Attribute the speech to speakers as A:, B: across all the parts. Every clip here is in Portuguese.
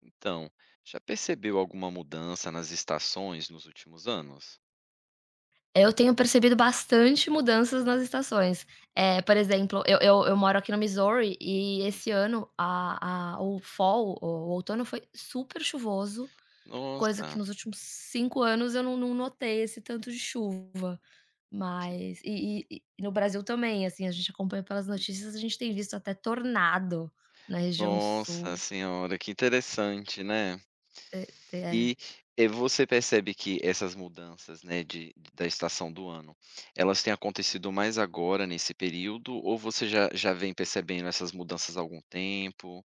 A: Então, já percebeu alguma mudança nas estações nos últimos anos?
B: Eu tenho percebido bastante mudanças nas estações. Por exemplo, eu moro aqui no Missouri e esse
A: Uhum.
B: ano a o fall, o outono foi super chuvoso, coisa que
A: Nossa,
B: nos últimos 5 anos eu não notei esse tanto de chuva. Mas e no Brasil também, assim, a gente acompanha pelas
A: uhum.
B: notícias, a gente tem visto até tornado na região
A: Nossa
B: sul.
A: senhora, que interessante, né.
B: É, é.
A: E, você percebe que essas mudanças, né, de da estação do ano, elas têm acontecido mais agora nesse período ou você já vem percebendo essas mudanças há algum tempo?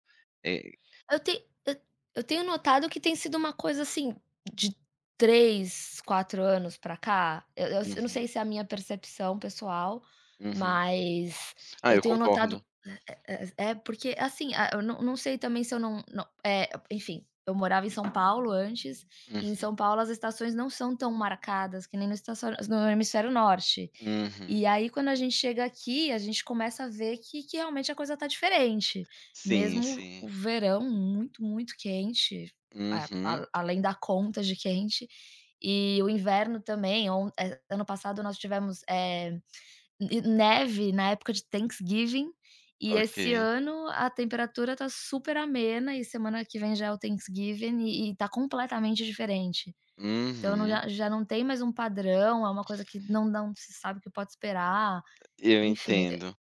A: Eh
B: Eu te eu tenho notado que tem sido uma coisa, assim, de 3, 4 anos pra cá, eu não
A: uhum,
B: sei se é a minha percepção pessoal,
A: uhum.
B: mas
A: Ah,
B: eu
A: eu
B: tenho notado.
A: concordo.
B: É porque assim, ah, eu não sei também se eu não, enfim, eu morava em São Paulo antes, e em
A: Hum,
B: São Paulo as estações não são tão marcadas que nem no hemisfério norte.
A: uhum.
B: E aí quando a gente chega aqui, a gente começa a ver que realmente a coisa tá diferente,
A: Sim,
B: mesmo
A: sim.
B: o verão muito, muito quente,
A: Uhum,
B: a além da conta de quente, e o inverno também, ano passado nós tivemos, e neve na época de Thanksgiving, e esse
A: ok.
B: ano a temperatura tá super amena e semana que vem já é o Thanksgiving e tá completamente diferente. Então não,
A: Uhum.
B: já não tem mais um padrão, é uma coisa que não se sabe o que pode esperar,
A: Eu
B: enfim,
A: entendo.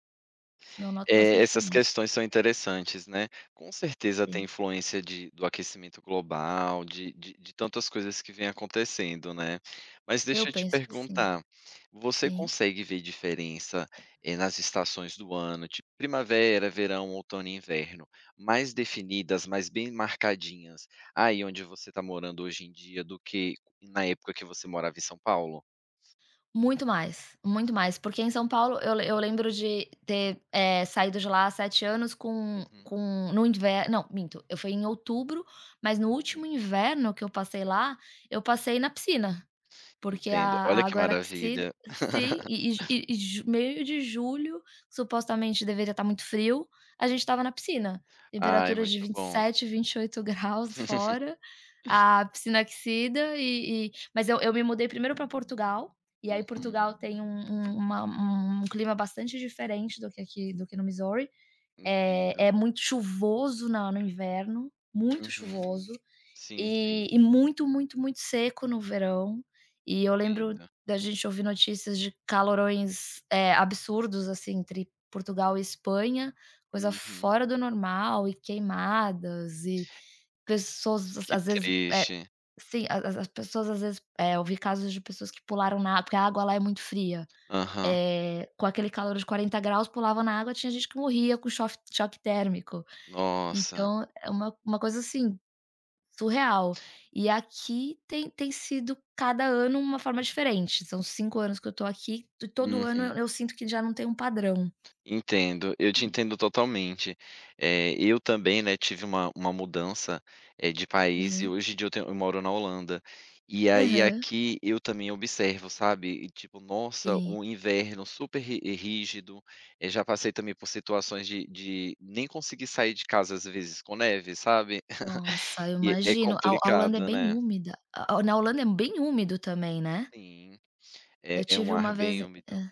B: eu noto bastante
A: Eh, essas
B: diferença,
A: questões são interessantes, né. Com certeza tem
B: sim.
A: influência de do aquecimento global, de tantas coisas que vêm acontecendo, né. Mas
B: Eu
A: deixa eu te
B: penso que sim,
A: perguntar, você
B: sim.
A: consegue ver diferença, eh, nas estações do ano, tipo primavera, verão, outono e inverno, mais definidas, mais bem marcadinhas, aí onde você está morando hoje em dia, do que na época que você morava em São Paulo?
B: Muito mais, porque em São Paulo eu lembro de ter, saído de lá há 7 anos com
A: Uhum,
B: com no inverno não, minto, eu fui em outubro, mas no
A: uhum.
B: último inverno que eu passei lá, eu passei na piscina. Porque a
A: Entendo.
B: a
A: Olha que
B: água era aquecida,
A: maravilha.
B: sim, e ju meio de julho, supostamente deveria estar muito frio, a gente estava na piscina.
A: Ai,
B: Temperaturas de
A: muito bom.
B: 27, 28 graus fora, a piscina aquecida mas eu me mudei primeiro para Portugal, e aí
A: Uhum,
B: Portugal tem um um uma um clima bastante diferente do que aqui, do que no Missouri.
A: entendo.
B: É muito chuvoso na no inverno, muito
A: Uhum.
B: chuvoso.
A: Sim,
B: E
A: sim,
B: e muito, muito, muito seco no verão, e eu lembro
A: entendo.
B: da gente ouvir notícias de calorões, absurdos, assim, entre Portugal e Espanha, coisa
A: Uhum.
B: fora do normal, e queimadas, e pessoas às
A: Que
B: às vezes,
A: triste.
B: sim, a as pessoas às vezes, eu vi casos de pessoas que pularam na água, porque a água lá é muito fria,
A: Aham.
B: com aquele calor de 40 graus, pulava na água, tinha gente que morria com chof choque térmico.
A: Nossa.
B: Então é uma coisa assim, surreal. E aqui tem sido cada ano uma forma diferente, são 5 anos que eu tô aqui, e todo ano eu
A: Uhum.
B: eu sinto que já não tem um padrão.
A: Entendo, eu te entendo totalmente. Eh, eu também, né, tive uma mudança, de país e
B: Aham.
A: hoje em dia eu moro na Holanda. E aí
B: Aham,
A: aqui eu também observo, sabe, e tipo, nossa,
B: sim.
A: um inverno super ri rígido, já passei também por situações de nem conseguir sair de casa às vezes com neve, sabe.
B: Nossa, eu
A: E é
B: imagino, a Holanda é
A: complicado,
B: bem
A: né.
B: úmida, na Holanda é bem úmido também, né.
A: Sim, é
B: Eu
A: é
B: tive
A: um
B: uma
A: ar
B: vez
A: bem úmido.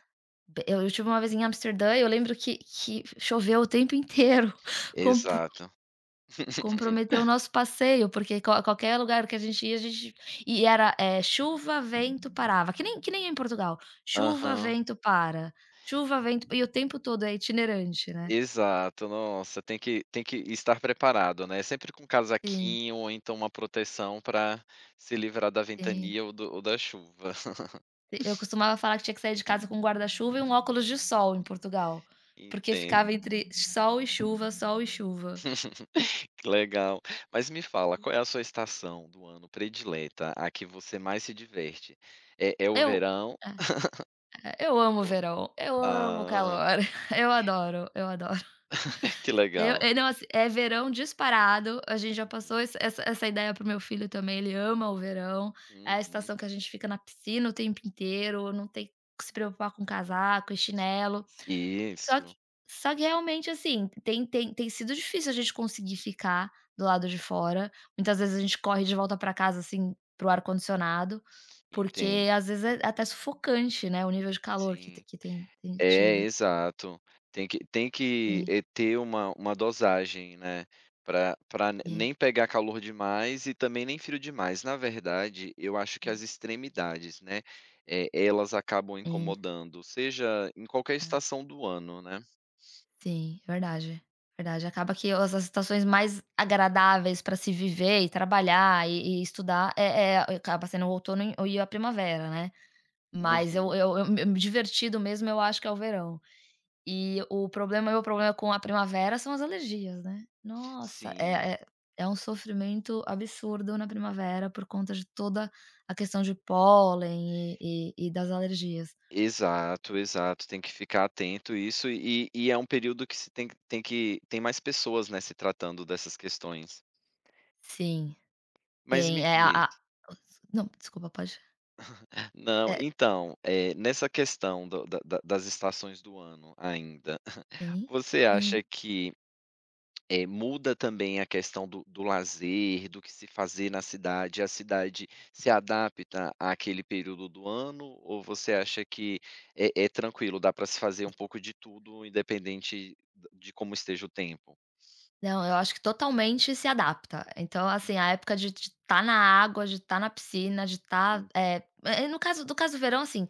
B: eu tive uma vez em Amsterdã e eu lembro que choveu o tempo inteiro, com
A: Exato.
B: Comprometeu o nosso passeio, porque qualquer lugar que a gente ia, a gente e era, chuva, vento, parava, que nem em Portugal, chuva,
A: Aham.
B: vento, para, chuva, vento, e o tempo todo é itinerante, né.
A: Exato, nossa, tem que estar preparado, né, sempre com um
B: Sim,
A: casaquinho ou então uma proteção para se livrar da
B: sim.
A: ventania ou do ou da chuva.
B: Eu costumava falar que tinha que sair de casa com um guarda-chuva e um óculos de sol em Portugal, porque
A: Entendo.
B: ficava entre sol e chuva, sol e chuva.
A: Que legal. Mas me fala, qual é a sua estação do ano predileta, a que você mais se diverte? É o
B: Eu
A: verão
B: eu amo
A: ou
B: verão, eu amo
A: ah,
B: calor, eu adoro, eu adoro.
A: que
B: Eu
A: legal.
B: é não, assim, é verão disparado, a gente já passou essa ideia pro meu filho também, ele ama o verão, é a
A: Uhum, uhum.
B: estação que a gente fica na piscina o tempo inteiro, não tem que se preocupar com casaco e chinelo. Só que
A: Isso,
B: só que realmente, assim, tem sido difícil a gente conseguir ficar do lado de fora, muitas vezes a gente corre de volta para casa, assim, para o ar-condicionado, porque
A: entendo,
B: às vezes é até sufocante, né, o nível de calor que te
A: sim.
B: que tem tem
A: É,
B: tido.
A: exato. Tem que,
B: Sim,
A: ter uma dosagem, né, Para pra
B: sim,
A: nem pegar calor demais e também nem frio demais. Na verdade, eu acho que as
B: sim,
A: extremidades, né, eh, elas acabam
B: sim.
A: incomodando, seja em qualquer estação do ano, né.
B: Sim, verdade, verdade. Acaba que as situações mais agradáveis para se viver e trabalhar e estudar acaba sendo o outono e a primavera, né. Mas eu
A: Uhum.
B: eu eu me divertido mesmo eu acho que é o verão. E o problema meu problema com a primavera são as alergias, né. Nossa, é
A: Sim.
B: é é um sofrimento absurdo na primavera por conta de toda a questão de pólen e das alergias.
A: Exato, exato. Tem que ficar atento a isso e é um período que se tem mais pessoas, né, se tratando dessas questões.
B: Sim,
A: Mas
B: tem,
A: me
B: é a
A: diz
B: a não, desculpa, pode.
A: Não,
B: É.
A: então, eh, nessa questão do da da das estações do ano ainda,
B: Sim.
A: você
B: Hã.
A: acha que, eh, muda também a questão do lazer, do que se fazer na cidade? A cidade se adapta àquele período do ano ou você acha que é é tranquilo, dá para se fazer um pouco de tudo independente de como esteja o tempo?
B: Não, eu acho que totalmente se adapta. Então, assim, a época de estar na água, de estar na piscina, de estar,
A: Uhum.
B: no caso do verão, assim,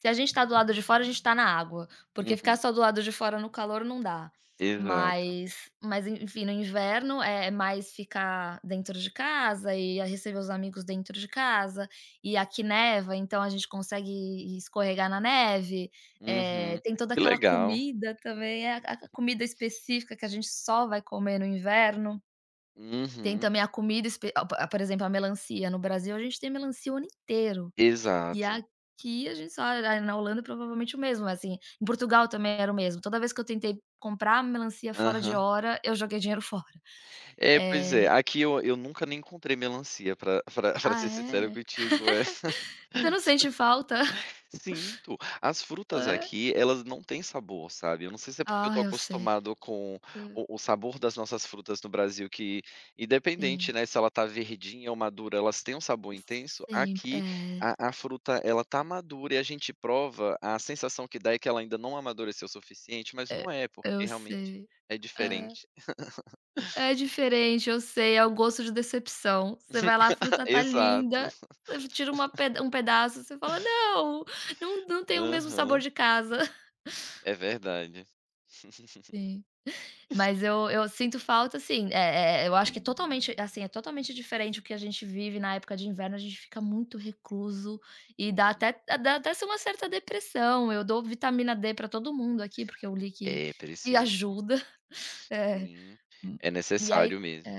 B: se a gente está do lado de fora, a gente está na água, porque ficar
A: Uhum.
B: só do lado de fora no calor não dá.
A: Exato.
B: Mas enfim, no inverno é mais ficar dentro de casa e a receber os amigos dentro de casa, e aqui neva, então a gente consegue escorregar na neve. Eh,
A: Uhum.
B: tem toda
A: Que
B: aquela
A: legal.
B: comida também, é a comida específica que a gente só vai comer no inverno. Tem
A: Uhum.
B: também a comida espe ah, po por exemplo, a melancia. No Brasil, a gente tem melancia o ano inteiro. E
A: Exato.
B: aqui a gente só, ah, na Holanda provavelmente o mesmo, mas assim, em Portugal também era o mesmo. Toda vez que eu tentei comprar melancia fora de
A: Aham.
B: hora, eu joguei dinheiro fora.
A: É, pois é.
B: Eh
A: Aqui eu nunca nem encontrei melancia pra pra
B: ah,
A: ser sincero
B: é?
A: contigo, é.
B: Você não sente falta?
A: Sinto. As frutas
B: É?
A: aqui, elas não têm sabor, sabe. Eu não sei se é porque eu
B: Ah,
A: tô
B: eu sei.
A: acostumado com
B: Hã,
A: o sabor das nossas frutas no Brasil que, independente,
B: sim.
A: né, se ela tá verdinha ou madura, elas têm um sabor intenso.
B: Sim,
A: Aqui,
B: é.
A: a fruta, ela tá madura e a gente prova, a sensação que dá é que ela ainda não amadureceu o suficiente, mas não
B: É,
A: é,
B: eu
A: porque realmente
B: sei.
A: é
B: É,
A: diferente.
B: é diferente, eu sei, é o gosto de decepção. Você vai lá, a fruta tá
A: Exato.
B: linda, você tira uma peda um pedaço, você fala: "Não, não, não tem o mesmo sabor
A: Aham.
B: de casa".
A: É verdade.
B: Sim. Mas eu sinto falta, assim, eu acho que é totalmente assim, é totalmente diferente o que a gente vive na época de inverno, a gente fica muito recluso e dá
A: Uhum.
B: até dá até assim uma certa depressão. Eu dou vitamina D pra todo mundo aqui, porque eu li que
A: É
B: que
A: preciso.
B: ajuda. É.
A: Sim, é
B: E aí
A: necessário mesmo.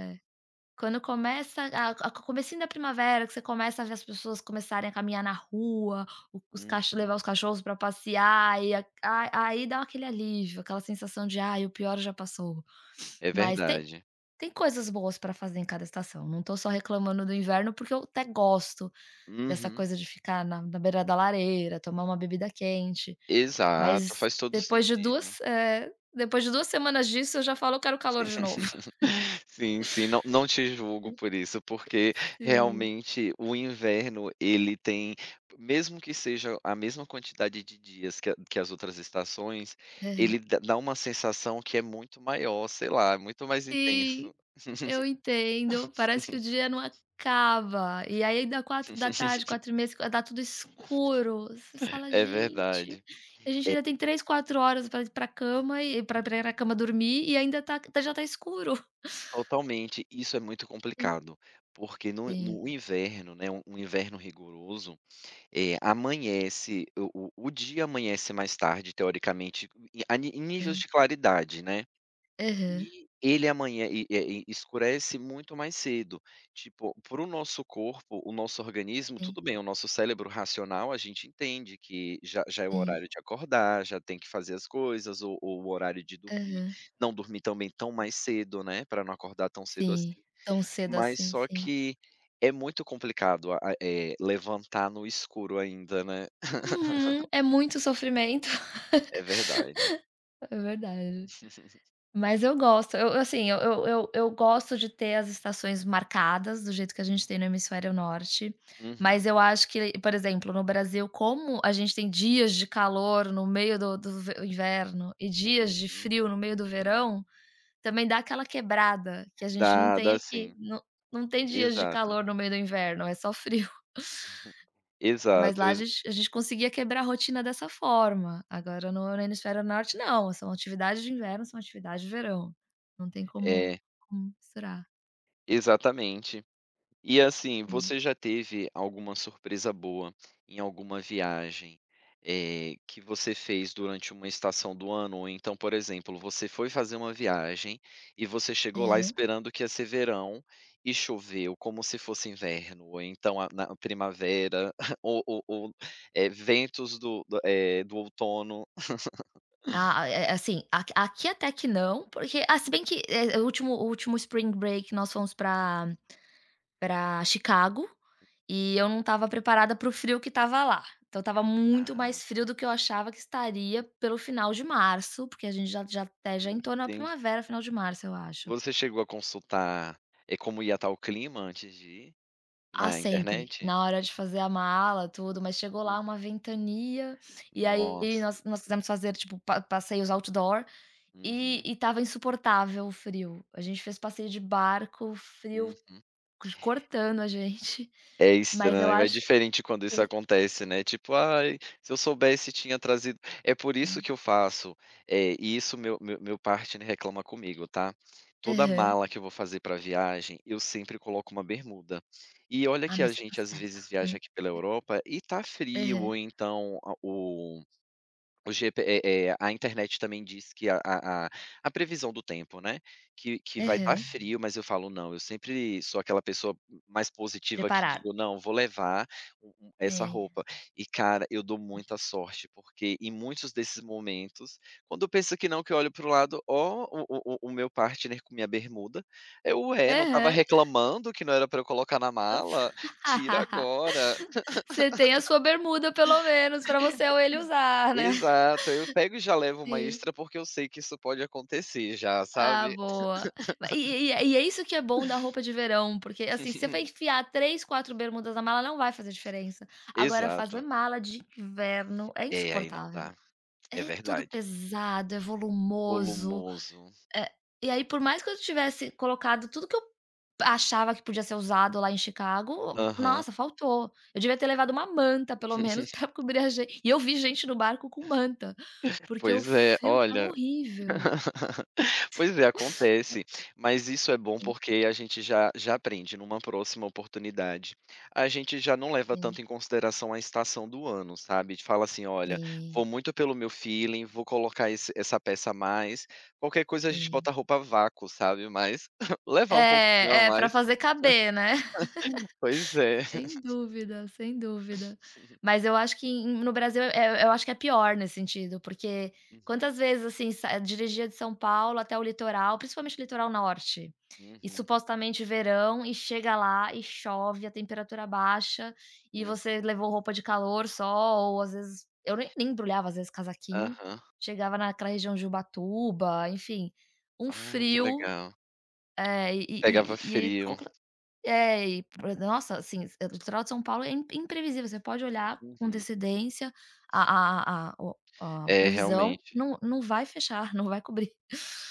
B: quando começa a comecinho da primavera, que você começa a ver as pessoas começarem a caminhar na rua, o os cacho
A: Uhum.
B: levar os cachorros para passear e a aí dá aquele alívio, aquela sensação de: "Ai, o pior já passou".
A: É
B: Mas tem
A: verdade.
B: tem coisas boas para fazer em cada estação, não tô só reclamando do inverno, porque eu até gosto dessa
A: Uhum.
B: coisa de ficar na beira da lareira, tomar uma bebida quente,
A: Exato,
B: mas
A: faz todo sentido.
B: depois de 2 semanas disso eu já falo: "Eu quero calor de novo".
A: Sim, sim, não não te julgo por isso, porque
B: Sim.
A: realmente o inverno ele tem mesmo que seja a mesma quantidade de dias que a que as outras estações,
B: Aham.
A: ele dá uma sensação que é muito maior, sei lá, é muito mais intenso.
B: E eu entendo, parece que o dia não acaba. E aí dá 16h, 16h30, qua dá tudo escuro. Você fala:
A: É
B: "Gente,
A: verdade.
B: a gente ainda tem 3, 4 horas para ir pra cama e para pra ir na cama dormir e ainda tá já tá escuro".
A: Totalmente, isso é muito
B: Sim,
A: complicado, porque no
B: sim,
A: no inverno, né, um um inverno rigoroso, eh, amanhece o dia amanhece mais tarde teoricamente, em níveis
B: sim.
A: de claridade, né,
B: Aham.
A: e ele amanhã e escurece muito mais cedo. Tipo, para o nosso corpo, o nosso organismo,
B: Sim,
A: tudo bem, o nosso cérebro racional, a gente entende que já é o
B: sim.
A: horário de acordar, já tem que fazer as coisas, ou o horário de dormir,
B: Aham.
A: não dormir também tão mais cedo, né, para não acordar tão cedo assim.
B: Sim, tão cedo
A: Mas
B: assim,
A: só
B: sim.
A: que é muito complicado levantar no escuro ainda, né.
B: Uhum. É muito sofrimento.
A: É verdade.
B: É verdade. Mas eu gosto, eu assim, eu gosto de ter as estações marcadas do jeito que a gente tem no hemisfério norte, mas
A: Uhum,
B: eu acho que, por exemplo, no Brasil, como a gente tem dias de calor no meio do do ve inverno e dias de
A: uhum.
B: frio no meio do verão, também dá aquela quebrada que a gente não
A: Dá,
B: tem
A: dá
B: aqui.
A: sim.
B: Não, não tem dias de
A: Exato.
B: calor no meio do inverno, é só frio.
A: Uhum.
B: Mas
A: Exato,
B: lá a gente a gente conseguia quebrar a rotina dessa forma, agora no hemisfério norte não, são atividades de inverno, são atividades de verão, não tem como
A: é,
B: como misturar.
A: exatamente. E assim,
B: Sim.
A: você já teve alguma surpresa boa em alguma viagem, eh, que você fez durante uma estação do ano? Ou então, por exemplo, você foi fazer uma viagem e você chegou lá
B: Aham.
A: esperando que ia ser verão e choveu como se fosse inverno, ou então a na primavera, ou, eh, ventos eh, do outono.
B: Ah, assim, aqui até que não, porque ah, se bem que, o último spring break nós fomos pra para Chicago, e eu não estava preparada para o frio que estava lá, então estava muito
A: Ah,
B: mais frio
A: tá.
B: do que eu achava que estaria pelo final de março, porque a gente já até já entrou na
A: Entendi.
B: primavera, final de março eu acho.
A: Você chegou a consultar, eh, como ia estar o clima antes de ir,
B: Ah,
A: na
B: sempre.
A: internet?
B: Na hora de fazer a mala, tudo, mas chegou lá
A: Hum,
B: uma ventania, e aí
A: nossa.
B: nós quisemos fazer, tipo, pa passeios outdoor, e
A: Uhum,
B: e estava insuportável o frio. A gente fez passeio de barco, frio
A: uhum.
B: c cortando a gente,
A: É
B: mas eu
A: estranho, é
B: acho
A: diferente quando isso
B: que
A: acontece, né, tipo: "Ai, se eu soubesse tinha trazido". É por isso
B: sim.
A: que eu faço, e isso meu partner reclama comigo, tá. Toda
B: Aham.
A: mala que eu vou fazer pra viagem, eu sempre coloco uma bermuda. E olha
B: Ah,
A: que
B: mas
A: a
B: você tá
A: gente às
B: certo.
A: vezes viaja
B: Hã.
A: aqui pela Europa e tá frio
B: Aham,
A: ou então a o O GP a internet também diz que a previsão do tempo, né, que vai estar
B: aham.
A: frio, mas eu falo: "Não", eu sempre sou aquela pessoa mais positiva que
B: Preparado.
A: digo: "Não, vou levar essa
B: Sim.
A: roupa". E cara, eu dou muita sorte, porque em muitos desses momentos, quando eu penso que não, que eu olho para o lado, ó, o meu partner com minha bermuda, eu: é, não estava
B: Aham.
A: reclamando que não era para eu colocar na mala? Tira agora".
B: Você tem a sua bermuda pelo menos pra você ou ele usar, né.
A: Exato, eu pego e já levo uma
B: Sim.
A: extra, porque eu sei que isso pode acontecer já,
B: Ah,
A: sabe.
B: boa. E é isso que é bom da roupa de verão, porque, assim, se você vai enfiar 3, 4 bermudas na mala, não vai fazer diferença. Agora, fazer
A: Exato.
B: mala de inverno é
A: É, aí não
B: insuportável.
A: dá, é
B: É tudo
A: verdade.
B: pesado, é volumoso,
A: Volumoso.
B: eh, e aí, por mais que eu tivesse colocado tudo que eu achava que podia ser usado lá em Chicago,
A: Aham.
B: nossa, faltou. Eu devia ter levado uma manta, pelo menos, pra cobrir a gente e eu vi gente no barco com manta, porque o
A: Pois é,
B: frio estava
A: olha
B: horrível.
A: Pois é, acontece. Mas isso é bom
B: Sim,
A: porque a gente já aprende numa próxima oportunidade. A gente já não leva
B: sim,
A: tanto em consideração a estação do ano, sabe? De fala assim: "Olha,
B: sim.
A: vou muito pelo meu feeling, vou colocar esse essa peça a mais". Qualquer coisa a gente
B: Sim.
A: bota roupa vácuo, sabe? Mas levar um pouquinho a
B: É, é para
A: mais.
B: fazer caber, né.
A: Pois é.
B: Sem dúvida, sem dúvida. Mas eu acho que no Brasil, eu acho que é pior nesse sentido, porque
A: Uhum,
B: quantas vezes, assim, sa dirigia de São Paulo até o litoral, principalmente o litoral norte, e
A: uhum,
B: supostamente verão, e chega lá e chove, a temperatura baixa, e
A: hum.
B: você levou roupa de calor só, ou às vezes eu nem embrulhava, às vezes, casaquinho,
A: Aham.
B: chegava naquela região de Ubatuba, enfim, um
A: Ah, que
B: frio,
A: legal.
B: eh, e e
A: Pegava
B: e e
A: frio.
B: é, e pra nossa, assim, é, o litoral de São Paulo é im imprevisível, você pode olhar com
A: Uhum.
B: antecedência a a a o a
A: É,
B: previsão,
A: realmente.
B: não vai fechar, não vai cobrir.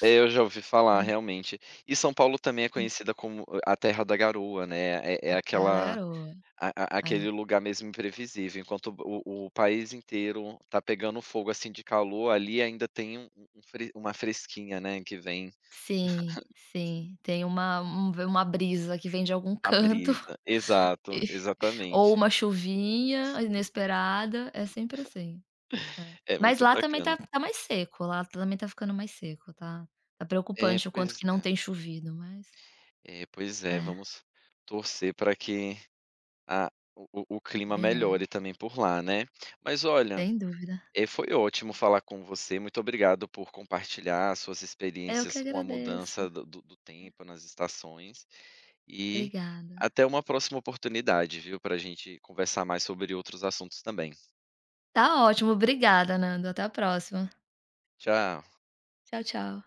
A: É, eu já ouvi falar,
B: É,
A: realmente. E São Paulo também é
B: sim,
A: conhecida como eh, a terra da garoa, né, é
B: a
A: é
B: terra da
A: aquela
B: garoa.
A: a a aquele
B: É.
A: lugar mesmo imprevisível, enquanto o país inteiro tá pegando fogo, assim, de calor, ali ainda tem um um fre uma fresquinha, né, que vem
B: Sim, sim, tem uma brisa que vem de algum
A: a
B: canto
A: brisa. Exato,
B: e ou
A: exatamente.
B: uma chuvinha inesperada, é sempre assim. É.
A: É
B: Mas
A: muito
B: lá também
A: bacana.
B: tá mais seco, lá também tá ficando mais seco, tá
A: É,
B: preocupante o quanto
A: pois
B: que
A: é.
B: não tem chovido, mas
A: É, pois é,
B: é.
A: vamos torcer para que a o clima melhore
B: Melhore,
A: também por lá, né. Mas olha
B: sem dúvida.
A: Eh, foi ótimo falar com você. Muito obrigado por compartilhar suas
B: Eu que
A: experiências com a
B: agradeço.
A: mudança do tempo nas estações. E
B: Obrigada.
A: até uma próxima oportunidade, viu, para a gente conversar mais sobre outros assuntos também.
B: Tá ótimo, obrigada, Nando. Até a próxima.
A: Tchau.
B: Tchau, tchau.